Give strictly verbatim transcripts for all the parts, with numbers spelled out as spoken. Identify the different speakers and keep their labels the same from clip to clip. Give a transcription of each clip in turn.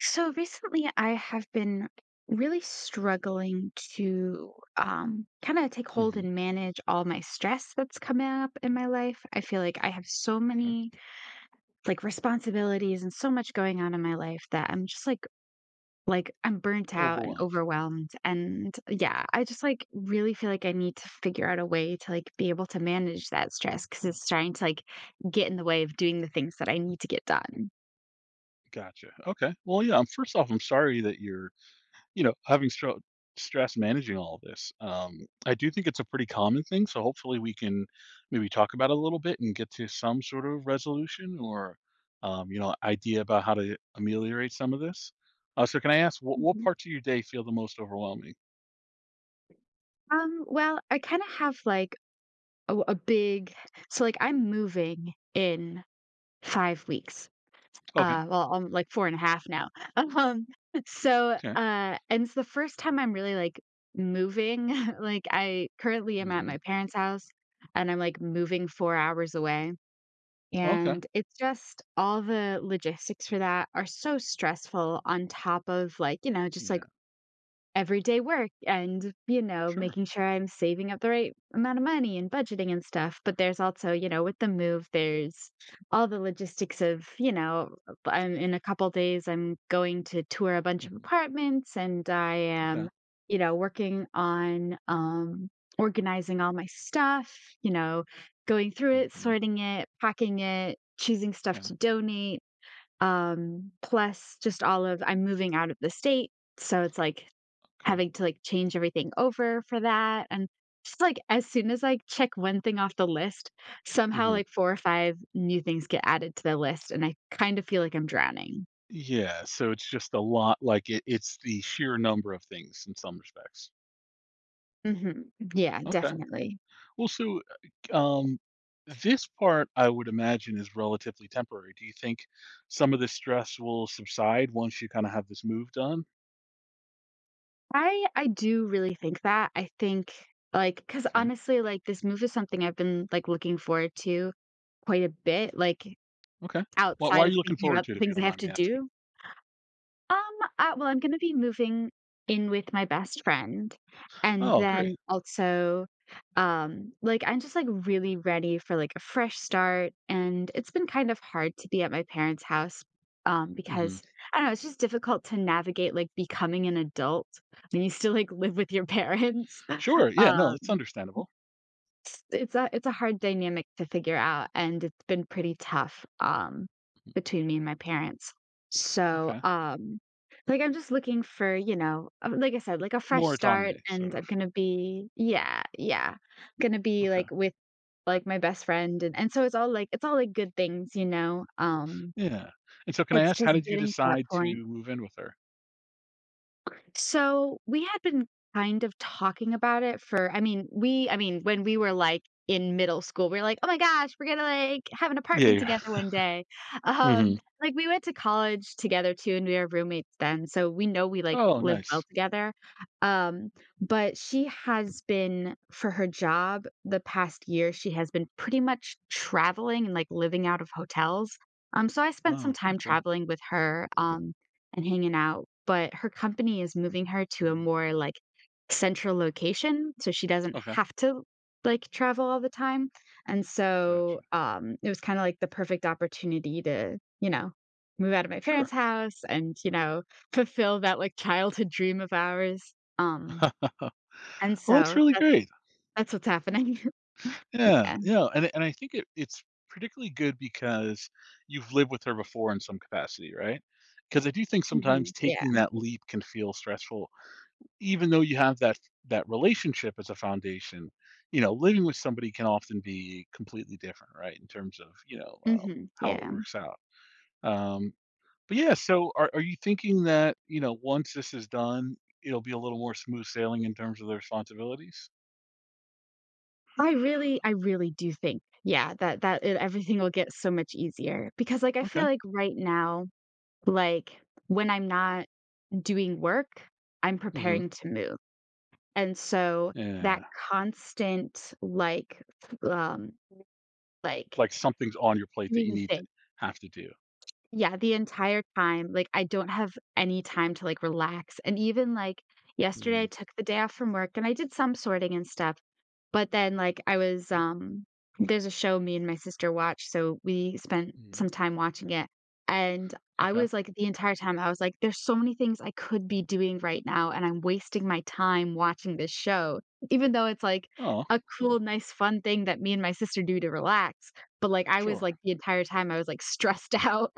Speaker 1: So recently, I have been really struggling to um, kind of take hold
Speaker 2: Mhm,
Speaker 1: and manage all my stress that's coming up in my life. I feel like I have so
Speaker 2: okay.
Speaker 1: many like responsibilities and so much going on in my life that I'm just like like, I'm burnt out and
Speaker 2: Overwhelmed.
Speaker 1: overwhelmed, and yeah, I just, like, really feel like I need to figure out a way to, like, be able to manage that stress because
Speaker 2: Mm,
Speaker 1: it's starting to, like, get in the way of doing the things that I need to get done.
Speaker 2: gotcha. Okay. Well, yeah. I'm First off, I'm sorry that you're, you know, having stro stress managing all this. Um, I do think it's a pretty common thing, so hopefully we can maybe talk about it a little bit and get to some sort of resolution or, um, you know, idea about how to ameliorate some of this. Uh, so can I ask what what
Speaker 1: Mhm.
Speaker 2: parts of your day feel the most overwhelming?
Speaker 1: Um, well, I kinda have, like, oh, a big so, like, I'm moving in five weeks.
Speaker 2: Okay.
Speaker 1: Uh, well, I'm, like, four and a half now. Um, so, uh,
Speaker 2: Okay.
Speaker 1: and it's the first time I'm really, like, moving. Like, I currently am at my
Speaker 2: Hmm.
Speaker 1: parents' house, and I'm, like, moving four hours away,
Speaker 2: Okay.
Speaker 1: and it's just all the logistics for that are so stressful on top of, like, you know, just, like,
Speaker 2: Yeah.
Speaker 1: everyday work and, you know,
Speaker 2: Sure.
Speaker 1: making sure I'm saving up the right amount of money and budgeting and stuff. But there's also, you know, with the move, there's all the logistics of, you know, I'm in a couple days, I'm going to tour a bunch of
Speaker 2: Hmm.
Speaker 1: apartments and I am,
Speaker 2: Okay.
Speaker 1: you know, working on um, organizing all my stuff, you know, going through it,
Speaker 2: Hmm.
Speaker 1: sorting it, packing it, choosing stuff
Speaker 2: Okay.
Speaker 1: to donate, um, plus just all of I'm moving out of the state, so it's, like,
Speaker 2: Okay.
Speaker 1: having to, like, change everything over for that, and just, like, as soon as I check one thing off the list, somehow,
Speaker 2: Hmm.
Speaker 1: like, four or five new things get added to the list, and I kind of feel like I'm drowning.
Speaker 2: Yeah, so it's just a lot like, it it's the sheer number of things in some respects.
Speaker 1: Mhm. Yeah,
Speaker 2: Okay.
Speaker 1: definitely.
Speaker 2: Well, so, uh, um, this part I would imagine is relatively temporary. Do you think some of the stress will subside once you kinda have this move done?
Speaker 1: I I do really think that. I think, like because
Speaker 2: Okay,
Speaker 1: honestly, like, this move is something I've been, like, looking forward to quite a bit, like,
Speaker 2: okay. Why why
Speaker 1: outside
Speaker 2: are
Speaker 1: of
Speaker 2: you looking
Speaker 1: thinking
Speaker 2: forward
Speaker 1: about
Speaker 2: to
Speaker 1: the
Speaker 2: it, if you
Speaker 1: things
Speaker 2: don't
Speaker 1: I have
Speaker 2: mind
Speaker 1: to
Speaker 2: me asking?
Speaker 1: do. Um, uh, well, I'm gonna be moving in with my best friend, and
Speaker 2: Oh, great.
Speaker 1: then also, um, like I'm just like really ready for like a fresh start, and it's been kind of hard to be at my parents' house, um,
Speaker 2: Mhm.
Speaker 1: because I don't know, it's just difficult to navigate like becoming an adult when you still like live with your parents.
Speaker 2: Sure, yeah, no, it's
Speaker 1: Um
Speaker 2: understandable.
Speaker 1: it's it's a it's a hard dynamic to figure out, and it's been pretty tough, um,
Speaker 2: Mm-hmm.
Speaker 1: between me and my parents. So,
Speaker 2: Okay.
Speaker 1: um, like, I'm just looking for, you know, uh, like I said, like a fresh
Speaker 2: More
Speaker 1: start,
Speaker 2: autonomy, sort
Speaker 1: and I'm
Speaker 2: of.
Speaker 1: gonna be, yeah, yeah, gonna be,
Speaker 2: Okay.
Speaker 1: like, with, like, my best friend, and and so it's all, like it's all, like, good things, you know? Um,
Speaker 2: Yeah. And so can I
Speaker 1: it's
Speaker 2: ask,
Speaker 1: just
Speaker 2: how did you
Speaker 1: getting to that
Speaker 2: decide
Speaker 1: point.
Speaker 2: to move in with her?
Speaker 1: So we had been kind of talking about it for, I mean, we, I mean, when we were like in middle school, we were like, oh my gosh, we're gonna like have an
Speaker 2: Yeah,
Speaker 1: apartment
Speaker 2: you're
Speaker 1: together one day. Um,
Speaker 2: Mhm.
Speaker 1: like we went to college together too, and we were roommates then, so we know we like
Speaker 2: Oh,
Speaker 1: live well
Speaker 2: nice.
Speaker 1: together. Um, but she has been for her job the past year, she has been pretty much traveling and like living out of hotels. Um, so I spent some
Speaker 2: Oh,
Speaker 1: time
Speaker 2: okay.
Speaker 1: traveling with her. Um, and hanging out, but her company is moving her to a
Speaker 2: Mhm.
Speaker 1: more like central location so she doesn't
Speaker 2: Okay,
Speaker 1: have to like travel all the time. And so
Speaker 2: gotcha.
Speaker 1: um it was kind of like the perfect opportunity to, you know, move out of my parents'
Speaker 2: Sure.
Speaker 1: house and, you know, fulfill that like childhood dream of ours. Um and
Speaker 2: Well, that's
Speaker 1: so
Speaker 2: really
Speaker 1: that's
Speaker 2: great.
Speaker 1: that's what's happening.
Speaker 2: Yeah,
Speaker 1: Yeah.
Speaker 2: yeah, and and I think it it's particularly good because you've lived with her before in some capacity, right? Because I do think sometimes
Speaker 1: Mhm. Yeah.
Speaker 2: taking that leap can feel stressful, even though you have that that relationship as a foundation. You know, living with somebody can often be completely different, right? In terms of, you know, um,
Speaker 1: Mhm.
Speaker 2: how it
Speaker 1: Yeah.
Speaker 2: works out. Um, But yeah, so are are you thinking that, you know, once this is done, it'll be a little more smooth sailing in terms of the responsibilities?
Speaker 1: I really I really do think, yeah, that that it everything will get so much easier because, like, I feel
Speaker 2: Okay.
Speaker 1: like right now, like, when I'm not doing work, I'm
Speaker 2: Mhm.
Speaker 1: preparing to move, and so that
Speaker 2: Yeah.
Speaker 1: constant, like, f- um, like,
Speaker 2: Like something's on your plate that you
Speaker 1: doing
Speaker 2: need to
Speaker 1: thing,
Speaker 2: have to do.
Speaker 1: yeah, the entire time, like, I don't have any time to, like, relax, and even, like, yesterday, I
Speaker 2: Mhm.
Speaker 1: took the day off from work, and I did some sorting and stuff. But then, like, I was, um there's a show me and my sister watch, so we spent
Speaker 2: Mhm.
Speaker 1: some time watching it, and I
Speaker 2: Okay.
Speaker 1: was like the entire time, I was like, "There's so many things I could be doing right now, and I'm wasting my time watching this show." Even though it's like
Speaker 2: Oh,
Speaker 1: a
Speaker 2: oh,
Speaker 1: cool, nice, fun thing that me and my sister do to relax, but, like, I was
Speaker 2: sure.
Speaker 1: like the entire time, I was like stressed out.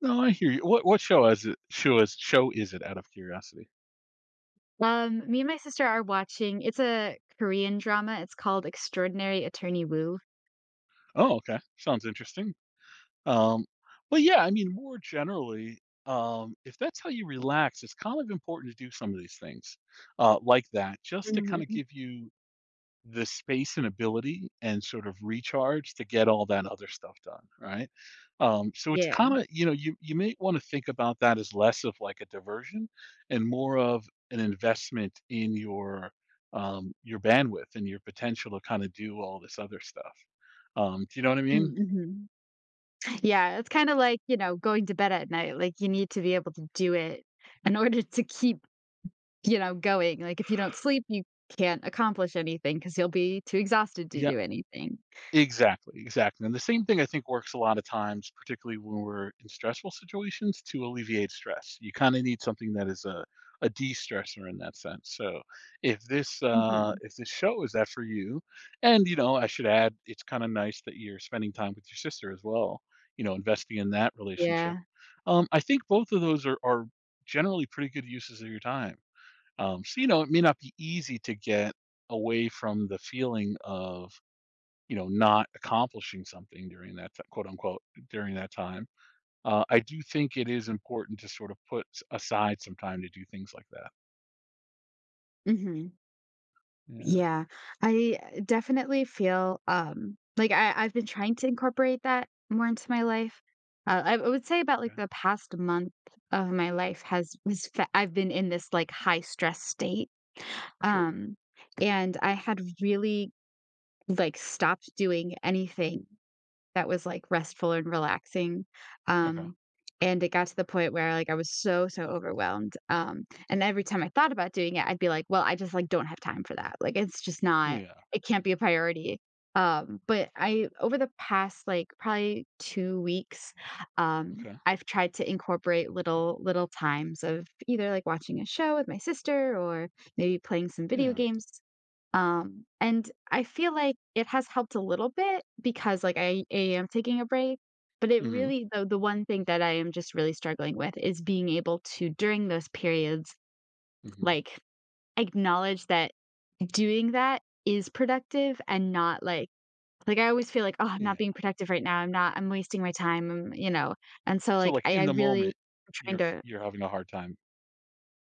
Speaker 2: No, I hear you. What what show is it? Show is show is it out of curiosity?
Speaker 1: Um, me and my sister are watching, it's a Korean drama, it's called Extraordinary Attorney Woo.
Speaker 2: Oh, okay. Sounds interesting. Um, well, yeah, I mean, more generally, um, if that's how you relax, it's kind of important to do some of these things uh, like that, just to kind of
Speaker 1: Mhm.
Speaker 2: give you the space and ability and sort of recharge to get all that other stuff done, right? Um, so it's
Speaker 1: Yeah.
Speaker 2: kind of, you know, you you may want to think about that as less of like a diversion and more of an investment in your um, your bandwidth and your potential to kind of do all this other stuff. Um, do you know what I
Speaker 1: Mm,
Speaker 2: mean?
Speaker 1: mhm. Yeah, it's kinda like, you know, going to bed at night, like, you need to be able to do it in order to keep, you know, going, like, if you don't sleep, you can't accomplish anything because 'cause you'll be too exhausted to
Speaker 2: Yeah,
Speaker 1: do anything.
Speaker 2: exactly, exactly, and the same thing I think works a lot of times, particularly when we're in stressful situations to alleviate stress. You kinda need something that is a a de-stressor in that sense, so if this, uh,
Speaker 1: Mhm.
Speaker 2: if this show is that for you and, you know, I should add, it's kinda nice that you're spending time with your sister as well, you know, investing in that
Speaker 1: Yeah,
Speaker 2: relationship. Um, I think both of those are are generally pretty good uses of your time. Um, so, you know, it may not be easy to get away from the feeling of you know, not accomplishing something during that t quote, unquote, during that time. Uh, I do think it is important to sort of put s aside some time to do things like that.
Speaker 1: mhm,
Speaker 2: Yeah,
Speaker 1: yeah, I, uh, definitely feel, um, like, I I've been trying to incorporate that more into my life. Uh, I I would say about, like,
Speaker 2: okay.
Speaker 1: the past month of my life has was fa I've been in this, like, high stress state,
Speaker 2: Sure.
Speaker 1: um, and I had really, like, stopped doing anything that was, like, restful and relaxing,
Speaker 2: Okay.
Speaker 1: um, and it got to the point where, like, I was so, so overwhelmed, um, and every time I thought about doing it, I'd be like, "Well, I just, like, don't have time for that." Like, it's just not
Speaker 2: Yeah.
Speaker 1: it can't be a priority, um, but I over the past, like, probably two weeks, um,
Speaker 2: Okay.
Speaker 1: I've tried to incorporate little little times of either, like, watching a show with my sister or maybe playing some video
Speaker 2: Yeah.
Speaker 1: games. Um, and I feel like it has helped a little bit because, like, I I am taking a break, but it
Speaker 2: Mhm.
Speaker 1: really the the one thing that I am just really struggling with is being able to, during those periods,
Speaker 2: Mhm.
Speaker 1: like, acknowledge that doing that is productive and not like like, I always feel like, "Oh, I'm not being
Speaker 2: Yeah.
Speaker 1: productive right now. I'm not I'm wasting my time," um, you know? And so,
Speaker 2: So,
Speaker 1: like,
Speaker 2: like,
Speaker 1: I
Speaker 2: in
Speaker 1: I
Speaker 2: the
Speaker 1: really
Speaker 2: moment,
Speaker 1: am trying
Speaker 2: you're f
Speaker 1: to.
Speaker 2: you're having a hard time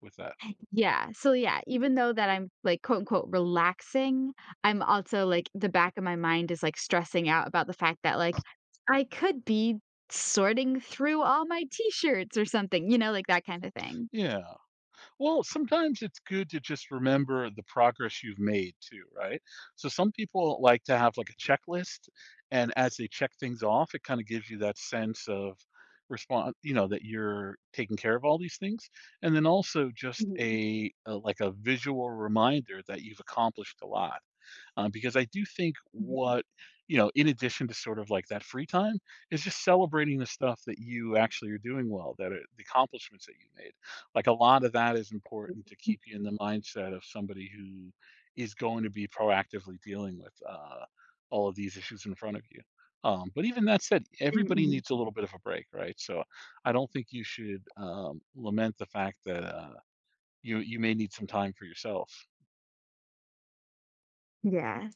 Speaker 2: with that.
Speaker 1: Yeah, so yeah, even though that I'm, like, quote, unquote, "relaxing," I'm also, like the back of my mind is, like, stressing out about the fact that, like, I could be sorting through all my T-shirts or something, you know, like, that kinda thing.
Speaker 2: Yeah. Well, sometimes it's good to just remember the progress you've made too, right? So some people like to have like a checklist, and as they check things off, it kind of gives you that sense of response, you know, that you're taking care of all these things, and then also just
Speaker 1: Mhm,
Speaker 2: a, a like a visual reminder that you've accomplished a lot um, because I do think
Speaker 1: mhm.
Speaker 2: what you know, in addition to sort of like that free time, is just celebrating the stuff that you actually are doing well, that are, the accomplishments that you made. Like a lot of that is important to
Speaker 1: Mm,
Speaker 2: keep you in the mindset of somebody who is going to be proactively dealing with uh, all of these issues in front of you. Um, but even that said,
Speaker 1: mm,
Speaker 2: everybody
Speaker 1: mhm.
Speaker 2: needs a little bit of a break, right? So I don't think you should um, lament the fact that uh, you you may need some time for yourself.
Speaker 1: Yeah.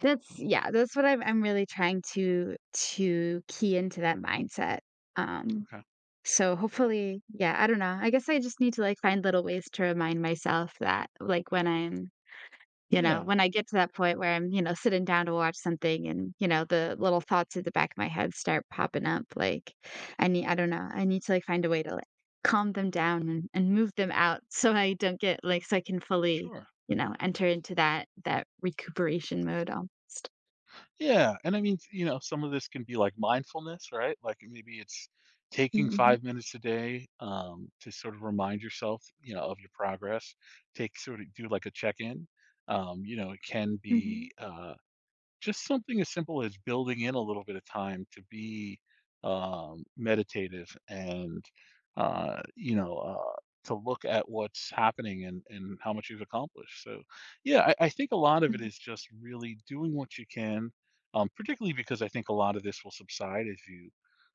Speaker 1: That's, yeah, that's what I'm I'm really trying to to key into that mindset. Um,
Speaker 2: Okay.
Speaker 1: so hopefully, yeah, I don't know, I guess I just need to, like, find little ways to remind myself that, like, when I'm You know,
Speaker 2: Yeah.
Speaker 1: when I get to that point where I'm, you know, sitting down to watch something and, you know, the little thoughts at the back of my head start popping up, like, I need I don't know, I need to, like, find a way to, like, calm them down and and move them out so I don't get like, so I can fully,
Speaker 2: Sure.
Speaker 1: you know, enter into that that recuperation mode almost.
Speaker 2: Yeah, and I mean, you know, some of this can be like mindfulness, right? Like, maybe it's taking
Speaker 1: Mhm,
Speaker 2: five minutes a day, um, to sort of remind yourself, you know, of your progress. Take sort of do like a check-in. Um, you know, it can
Speaker 1: mhm,
Speaker 2: be, uh just something as simple as building in a little bit of time to be um, meditative and uh, you know uh, to look at what's happening and and how much you've accomplished so yeah I, I think a lot of it
Speaker 1: mhm,
Speaker 2: is just really doing what you can um, particularly because I think a lot of this will subside as you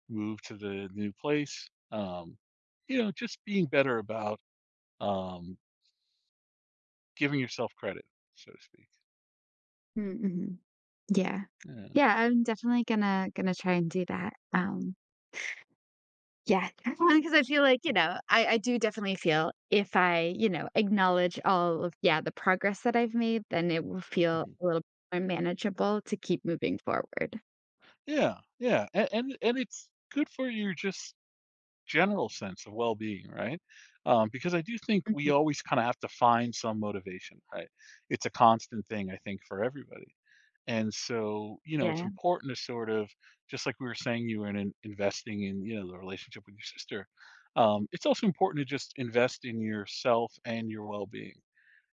Speaker 2: move to the new place, um, you know, just being better about um, giving yourself credit, so to speak.
Speaker 1: mm, mhm. Yeah.
Speaker 2: Yeah.
Speaker 1: Yeah, I'm definitely gonna gonna try and do that, um yeah, because I feel like, you know, I I do definitely feel if I, you know, acknowledge all of, yeah, the progress that I've made, then it will feel
Speaker 2: Mm-hmm.
Speaker 1: a little more manageable to keep moving forward.
Speaker 2: Yeah, yeah, and and and it's good for your just general sense of well-being, right? Um, because I do think we
Speaker 1: Mhm.
Speaker 2: always kind of have to find some motivation, right? It's a constant thing, I think, for everybody. And so, you know, it's
Speaker 1: Yeah.
Speaker 2: important to sort of, just like we were saying, you were in, in- investing in, you know, the relationship with your sister. Um, it's also important to just invest in yourself and your well-being.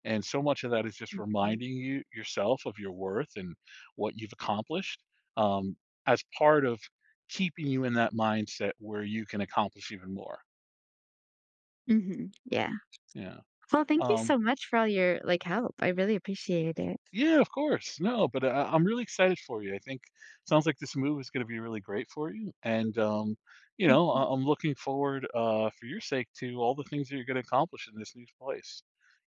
Speaker 2: And so much of that is just
Speaker 1: Mhm.
Speaker 2: reminding you yourself of your worth and what you've accomplished, um, as part of keeping you in that mindset where you can accomplish even more.
Speaker 1: Mhm. Yeah.
Speaker 2: Yeah.
Speaker 1: Well, thank you
Speaker 2: Um,
Speaker 1: so much for all your like help. I really appreciate it.
Speaker 2: yeah, of course. No, but uh, I, I'm really excited for you. I think sounds like this move is going to be really great for you, and um, you know,
Speaker 1: Mhm.
Speaker 2: I, I'm looking forward, uh, for your sake, to all the things that you're going to accomplish in this new place.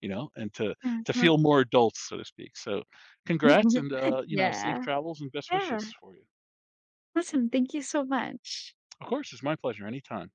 Speaker 2: You know, and to
Speaker 1: Yeah.
Speaker 2: to
Speaker 1: well-
Speaker 2: feel more adults, so to speak. So, congrats, and uh, you know, safe
Speaker 1: Yeah.
Speaker 2: travels and best
Speaker 1: Yeah.
Speaker 2: wishes for you.
Speaker 1: Awesome. Thank you so much.
Speaker 2: Of course, it's my pleasure. Anytime.